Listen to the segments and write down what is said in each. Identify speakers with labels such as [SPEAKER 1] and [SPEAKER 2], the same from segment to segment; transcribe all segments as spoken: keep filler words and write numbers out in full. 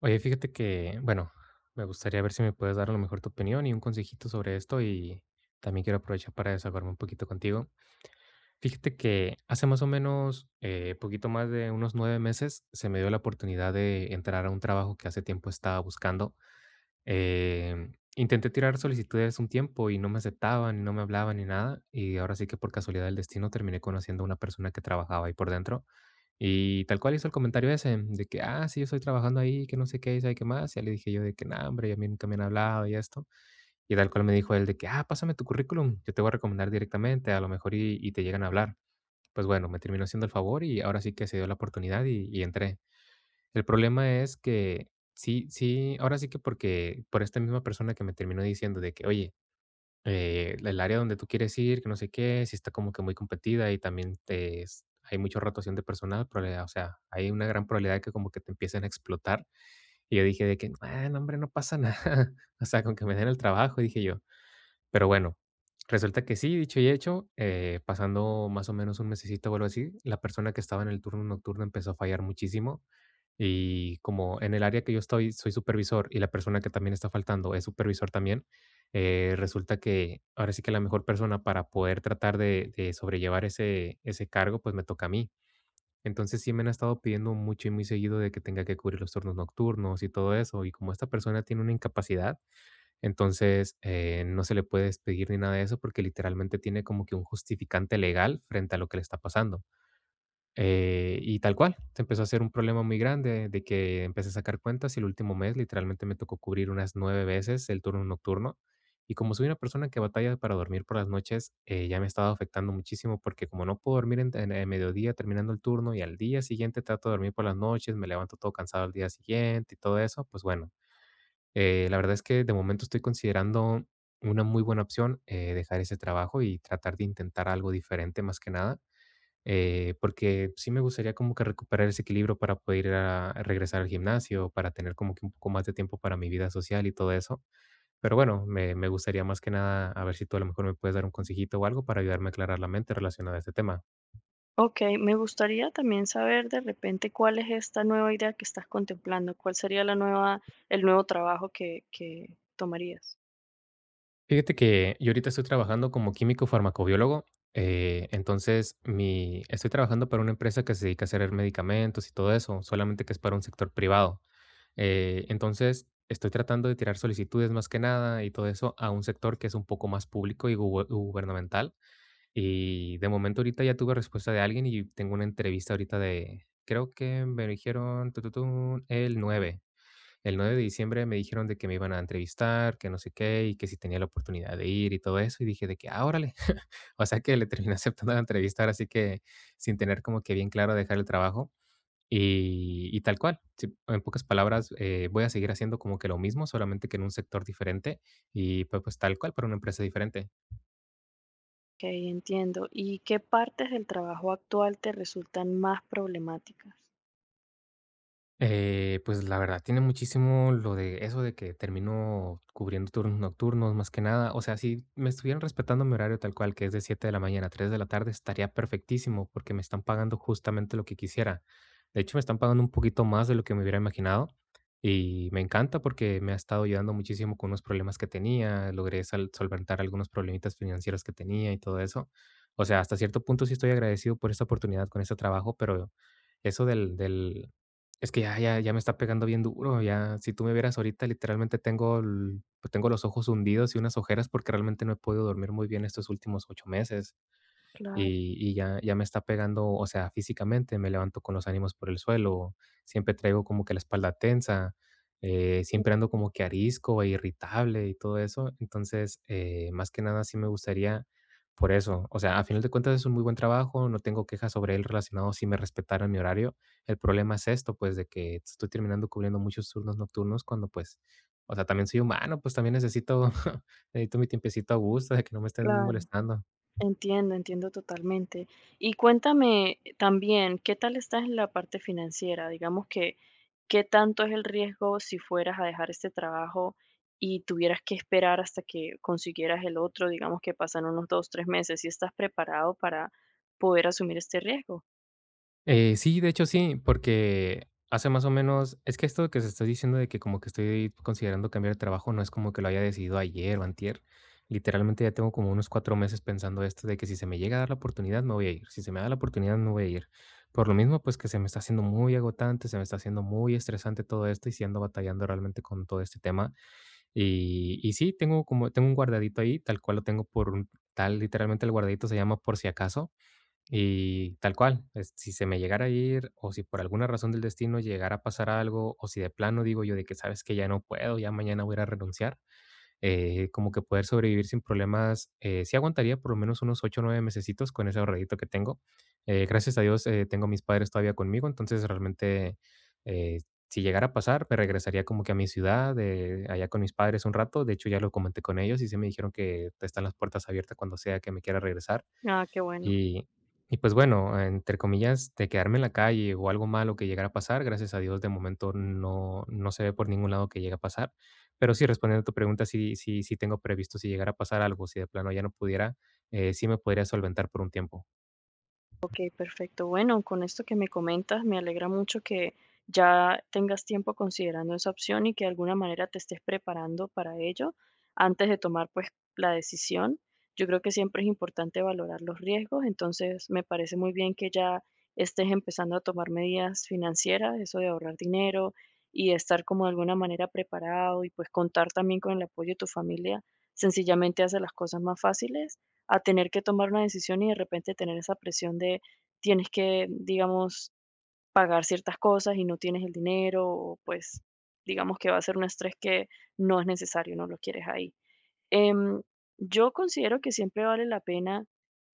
[SPEAKER 1] Oye, fíjate que, bueno, me gustaría ver si me puedes dar a lo mejor tu opinión y un consejito sobre esto y también quiero aprovechar para desahogarme un poquito contigo. Fíjate que hace más o menos, eh, poquito más de unos nueve meses, se me dio la oportunidad de entrar a un trabajo que hace tiempo estaba buscando. Em, intenté tirar solicitudes un tiempo y no me aceptaban y no me hablaban ni nada y ahora sí que por casualidad del destino terminé conociendo a una persona que trabajaba ahí por dentro. Y tal cual hizo el comentario ese, de que: "Ah, sí, yo estoy trabajando ahí, que no sé qué, y sabe qué más". Ya le dije yo de que: "No, hombre, a mí nunca me han hablado y esto". Y tal cual me dijo él de que: "Ah, pásame tu currículum, yo te voy a recomendar directamente, a lo mejor y y te llegan a hablar". Pues bueno, me terminó haciendo el favor y ahora sí que se dio la oportunidad y y entré. El problema es que sí sí, ahora sí que porque por esta misma persona que me terminó diciendo de que: "Oye, eh, el área donde tú quieres ir, que no sé qué, si está como que muy competida y también te, es- hay mucha rotación de personal, probabilidad, o sea, hay una gran probabilidad de que como que te empiecen a explotar. Y yo dije de que, ah, no, hombre, no pasa nada, o sea, con que me den el trabajo, dije yo. Pero bueno, resulta que sí, dicho y hecho, eh, pasando más o menos un mesecito o algo así, la persona que estaba en el turno nocturno empezó a fallar muchísimo y como en el área que yo estoy, soy supervisor y la persona que también está faltando es supervisor también, eh, resulta que ahora sí que la mejor persona para poder tratar de, de sobrellevar ese, ese cargo, pues me toca a mí. Entonces sí me han estado pidiendo mucho y muy seguido de que tenga que cubrir los turnos nocturnos y todo eso. Y como esta persona tiene una incapacidad, entonces eh, no se le puede despedir ni nada de eso porque literalmente tiene como que un justificante legal frente a lo que le está pasando. Eh, y tal cual, se empezó a hacer un problema muy grande de que empecé a sacar cuentas y el último mes literalmente me tocó cubrir unas nueve veces el turno nocturno. Y como soy una persona que batalla para dormir por las noches, eh, ya me estaba afectando muchísimo porque como no puedo dormir en, en el mediodía terminando el turno y al día siguiente trato de dormir por las noches, me levanto todo cansado al día siguiente y todo eso, pues bueno, eh, la verdad es que de momento estoy considerando una muy buena opción eh, dejar ese trabajo y tratar de intentar algo diferente más que nada eh, porque sí me gustaría como que recuperar ese equilibrio para poder ir a a regresar al gimnasio, para tener como que un poco más de tiempo para mi vida social y todo eso. Pero bueno, me, me gustaría más que nada a ver si tú a lo mejor me puedes dar un consejito o algo para ayudarme a aclarar la mente relacionada a este tema.
[SPEAKER 2] Ok, me gustaría también saber de repente cuál es esta nueva idea que estás contemplando, cuál sería la nueva, el nuevo trabajo que, que tomarías.
[SPEAKER 1] Fíjate que yo ahorita estoy trabajando como químico farmacobiólogo. eh, entonces, mi, estoy trabajando para una empresa que se dedica a hacer medicamentos y todo eso, solamente que es para un sector privado. Eh, entonces, estoy tratando de tirar solicitudes más que nada y todo eso a un sector que es un poco más público y guber- gubernamental. Y de momento ahorita ya tuve respuesta de alguien y tengo una entrevista ahorita de, creo que me dijeron tu, tu, tu, el nueve, El nueve de diciembre me dijeron de que me iban a entrevistar, que no sé qué, y que si tenía la oportunidad de ir y todo eso. Y dije de que, ah, órale. O sea que le terminé aceptando la entrevista, ahora sí que sin tener como que bien claro dejar el trabajo. Y y tal cual, sí, en pocas palabras, eh, voy a seguir haciendo como que lo mismo, solamente que en un sector diferente y, pues pues, tal cual para una empresa diferente.
[SPEAKER 2] Ok, entiendo. ¿Y qué partes del trabajo actual te resultan más problemáticas?
[SPEAKER 1] Eh, pues, la verdad tiene muchísimo lo de eso de que termino cubriendo turnos nocturnos, más que nada. O sea, si me estuvieran respetando mi horario tal cual, que es de siete de la mañana a tres de la tarde, estaría perfectísimo, porque me están pagando justamente lo que quisiera. De hecho, me están pagando un poquito más de lo que me hubiera imaginado, y me encanta porque me ha estado ayudando muchísimo con unos problemas que tenía, logré sal solventar algunos problemitas financieros que tenía y todo eso. O sea, hasta cierto punto sí estoy agradecido por esta oportunidad con este trabajo, pero eso del del es que ya ya ya me está pegando bien duro, ya, si tú me vieras ahorita, literalmente tengo el pues, tengo los ojos hundidos y unas ojeras porque realmente no he podido dormir muy bien estos últimos ocho meses
[SPEAKER 2] Claro,
[SPEAKER 1] y y ya ya me está pegando, o sea, físicamente, me levanto con los ánimos por el suelo, siempre traigo como que la espalda tensa, eh, siempre ando como que arisco e irritable y todo eso. Entonces, eh, más que nada, sí me gustaría por eso. O sea, a final de cuentas es un muy buen trabajo, no tengo quejas sobre él relacionado si me respetaran mi horario. El problema es esto, pues, de que estoy terminando cubriendo muchos turnos nocturnos cuando, pues, o sea, también soy humano, pues, también necesito necesito mi tiempecito a gusto, de que no me estén
[SPEAKER 2] claro.
[SPEAKER 1] molestando.
[SPEAKER 2] Entiendo, entiendo totalmente. Y cuéntame también, ¿qué tal estás en la parte financiera? Digamos que, ¿qué tanto es el riesgo si fueras a dejar este trabajo y tuvieras que esperar hasta que consiguieras el otro? Digamos que pasan unos dos, tres meses. ¿Y estás preparado para poder asumir este riesgo?
[SPEAKER 1] Eh, sí, de hecho sí, porque hace más o menos es que esto que se está diciendo de que como que estoy considerando cambiar de trabajo, no es como que lo haya decidido ayer o antier. Literalmente ya tengo como unos cuatro meses pensando esto de que si se me llega a dar la oportunidad, me voy a ir. Si se me da la oportunidad, no voy a ir. Por lo mismo, pues que se me está haciendo muy agotante, se me está haciendo muy estresante todo esto y si ando batallando realmente con todo este tema. Y, y sí, tengo como, tengo un guardadito ahí, tal cual lo tengo por un tal, literalmente el guardadito se llama por si acaso y tal cual, es si se me llegara a ir, o si por alguna razón del destino llegara a pasar algo, o si de plano digo yo de que sabes que ya no puedo, ya mañana voy a ir a renunciar, eh, como que poder sobrevivir sin problemas, eh, sí aguantaría por lo menos unos ocho o nueve mesecitos con ese ahorradito que tengo. Eh, gracias a Dios, eh, tengo a mis padres todavía conmigo, entonces realmente, eh, si llegara a pasar, me regresaría como que a mi ciudad, eh, allá con mis padres un rato. De hecho, ya lo comenté con ellos y se me dijeron que están las puertas abiertas cuando sea que me quiera regresar.
[SPEAKER 2] Ah, qué bueno.
[SPEAKER 1] Y y pues bueno, entre comillas, de quedarme en la calle o algo malo que llegara a pasar, gracias a Dios de momento no no se ve por ningún lado que llegue a pasar. Pero sí, respondiendo a tu pregunta, sí sí sí tengo previsto si llegara a pasar algo, si de plano ya no pudiera, eh, sí me podría solventar por un tiempo.
[SPEAKER 2] Okey, perfecto. Bueno, con esto que me comentas, me alegra mucho que ya tengas tiempo considerando esa opción y que de alguna manera te estés preparando para ello antes de tomar, pues, la decisión. Yo creo que siempre es importante valorar los riesgos, entonces me parece muy bien que ya estés empezando a tomar medidas financieras, eso de ahorrar dinero y estar como de alguna manera preparado y, pues, contar también con el apoyo de tu familia, sencillamente hace las cosas más fáciles a tener que tomar una decisión y de repente tener esa presión de tienes que, digamos, pagar ciertas cosas y no tienes el dinero, o pues digamos que va a ser un estrés que no es necesario, no lo quieres ahí. Em, yo considero que siempre vale la pena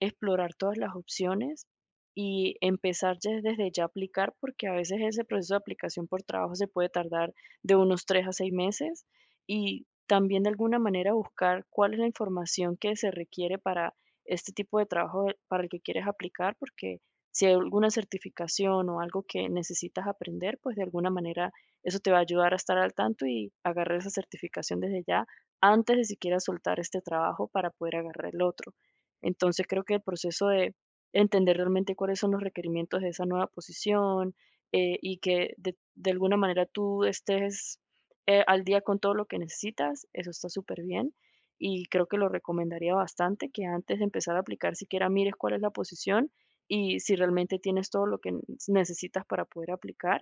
[SPEAKER 2] explorar todas las opciones y empezar ya- desde ya a aplicar, porque a veces ese proceso de aplicación por trabajo se puede tardar de unos tres a seis meses y también de alguna manera buscar cuál es la información que se requiere para este tipo de trabajo de- para el que quieres aplicar, porque si hay alguna certificación o algo que necesitas aprender, pues de alguna manera eso te va a ayudar a estar al tanto y agarrar esa certificación desde ya antes de siquiera soltar este trabajo para poder agarrar el otro. Entonces creo que el proceso de entender realmente cuáles son los requerimientos de esa nueva posición eh, y que de, de alguna manera tú estés eh, al día con todo lo que necesitas, eso está súper bien y creo que lo recomendaría bastante que antes de empezar a aplicar siquiera mires cuál es la posición y si realmente tienes todo lo que necesitas para poder aplicar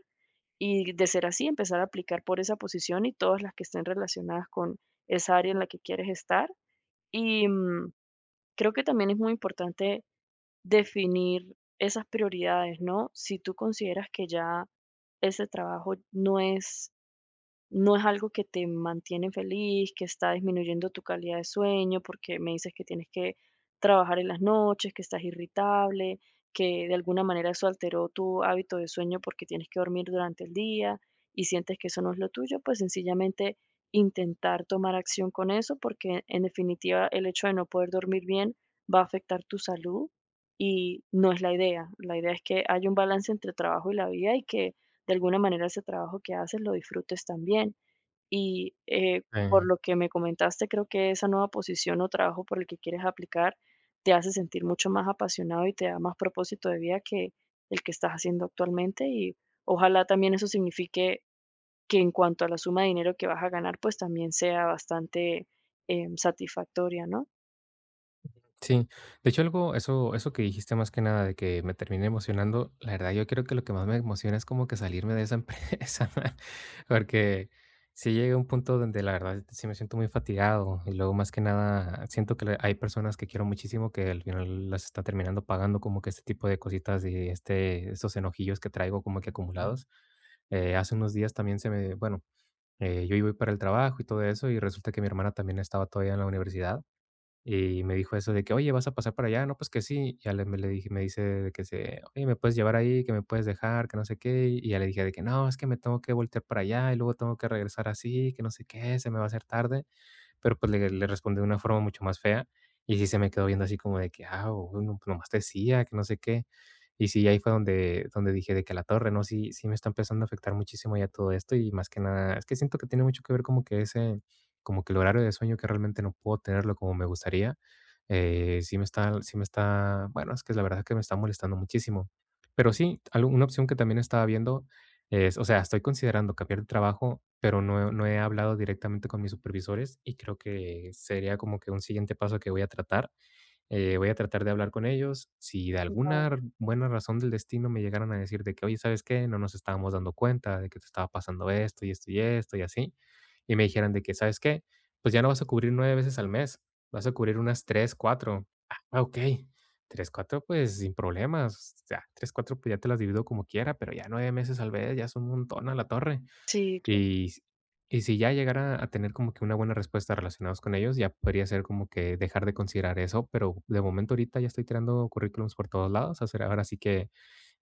[SPEAKER 2] y de ser así, empezar a aplicar por esa posición y todas las que estén relacionadas con esa área en la que quieres estar. Y mm, creo que también es muy importante definir esas prioridades, ¿no? Si tú consideras que ya ese trabajo no es no es algo que te mantiene feliz, que está disminuyendo tu calidad de sueño, porque me dices que tienes que trabajar en las noches, que estás irritable, que de alguna manera eso alteró tu hábito de sueño porque tienes que dormir durante el día y sientes que eso no es lo tuyo, pues sencillamente intentar tomar acción con eso, porque en definitiva el hecho de no poder dormir bien va a afectar tu salud y no es la idea. La idea es que haya un balance entre trabajo y la vida y que de alguna manera ese trabajo que haces lo disfrutes también. Y eh, por
[SPEAKER 1] Eh
[SPEAKER 2] lo que me comentaste, creo que esa nueva posición o trabajo por el que quieres aplicar te hace sentir mucho más apasionado y te da más propósito de vida que el que estás haciendo actualmente. Y ojalá también eso signifique que en cuanto a la suma de dinero que vas a ganar, pues también sea bastante em, satisfactoria, ¿no?
[SPEAKER 1] Sí, de hecho algo, eso, eso que dijiste más que nada de que me terminé emocionando, la verdad yo creo que lo que más me emociona es como que salirme de esa empresa, porque si llega un punto donde la verdad sí me siento muy fatigado y luego más que nada siento que le- hay personas que quiero muchísimo que al final las está terminando pagando como que este tipo de cositas y este, estos enojillos que traigo como que acumulados. Eh, hace unos días también se me, bueno, eh, yo iba para el trabajo y todo eso y resulta que mi hermana también estaba todavía en la universidad. Y me dijo eso de que: "Oye, ¿vas a pasar para allá?". "No, pues que sí". Y ya le me le dije me dice de que se: "Oye, ¿me puedes llevar ahí? Que me puedes dejar, que no sé qué". Y ya le dije de que: "No, es que me tengo que voltear para allá y luego tengo que regresar así, que no sé qué, se me va a hacer tarde", pero pues le, le respondí de una forma mucho más fea y sí se me quedó viendo así como de que, ah, güey, no pues, nomás te decía, que no sé qué. Y sí, ahí fue donde, donde dije de que a la torre, ¿no? Sí, sí me está empezando a afectar muchísimo ya todo esto, y más que nada, es que siento que tiene mucho que ver como que ese, como que el horario de sueño que realmente no puedo tenerlo como me gustaría. Eh, sí me está, sí me está, bueno, es que la verdad que me está molestando muchísimo. Pero sí, algo- una opción que también estaba viendo es, o sea, estoy considerando cambiar de trabajo, pero no, he no he hablado directamente con mis supervisores, y creo que sería como que un siguiente paso que voy a tratar. Eh, voy a tratar de hablar con ellos. Si de
[SPEAKER 2] No.
[SPEAKER 1] alguna r- buena razón del destino me llegaran a decir de que, oye, ¿sabes qué? No nos estábamos dando cuenta de que te estaba pasando esto y esto y esto, y así. Y me dijeran de que, ¿sabes qué? Pues ya no vas a cubrir nueve veces al mes, vas a cubrir unas tres, cuatro. Ah, ah, ok. Tres, cuatro, pues sin problemas. O sea, tres, cuatro, pues ya te las divido como quiera, pero ya nueve meses al mes ya es un montón a la torre.
[SPEAKER 2] Sí, claro,
[SPEAKER 1] Y y si ya llegara a tener como que una buena respuesta relacionados con ellos, ya podría ser como que dejar de considerar eso, pero de momento ahorita ya estoy tirando currículums por todos lados, hacer ahora sí que,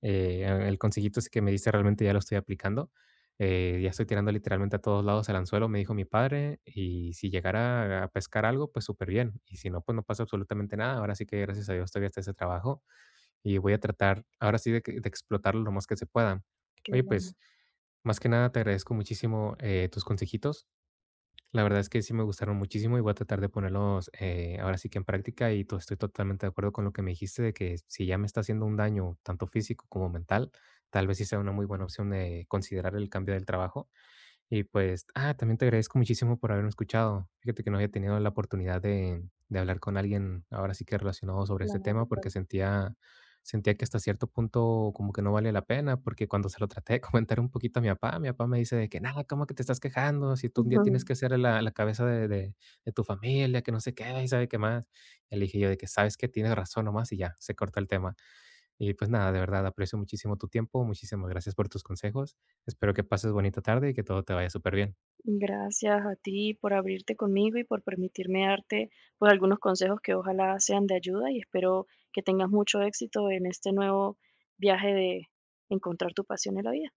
[SPEAKER 1] eh, el consejito ese que me diste realmente ya lo estoy aplicando. eh, ya estoy tirando literalmente a todos lados el anzuelo, me dijo mi padre, y si llegara a pescar algo, pues súper bien, y si no, pues no pasa absolutamente nada. Ahora sí que gracias a Dios todavía está ese trabajo, y voy a tratar ahora sí de, que- de explotarlo lo más que se pueda.
[SPEAKER 2] qué
[SPEAKER 1] Oye,
[SPEAKER 2] bueno.
[SPEAKER 1] pues más que nada te agradezco muchísimo, eh, tus consejitos. La verdad es que sí me gustaron muchísimo, y voy a tratar de ponerlos, eh, ahora sí que en práctica, y to- estoy totalmente de acuerdo con lo que me dijiste de que si ya me está haciendo un daño tanto físico como mental, tal vez sí sea una muy buena opción de considerar el cambio del trabajo. Y pues, ah, también te agradezco muchísimo por haberme escuchado. Fíjate que no había tenido la oportunidad de, de hablar con alguien ahora sí que relacionado sobre este
[SPEAKER 2] Claro,
[SPEAKER 1] tema porque
[SPEAKER 2] claro.
[SPEAKER 1] sentía, sentía que hasta cierto punto como que no vale la pena porque cuando se lo traté de comentar un poquito a mi papá, mi papá me dice de que, nada, ¿cómo que te estás quejando? Si tú un día
[SPEAKER 2] Ujú.
[SPEAKER 1] tienes que ser la, la cabeza de, de- de tu familia, que no sé qué, y sabe qué más. Y le dije yo de que sabes que tienes razón nomás y ya, se corta el tema. Y pues nada, de verdad aprecio muchísimo tu tiempo, muchísimas gracias por tus consejos. Espero que pases bonita tarde y que todo te vaya súper bien.
[SPEAKER 2] Gracias a ti por abrirte conmigo y por permitirme darte pues algunos consejos que ojalá sean de ayuda y espero que tengas mucho éxito en este nuevo viaje de encontrar tu pasión en la vida.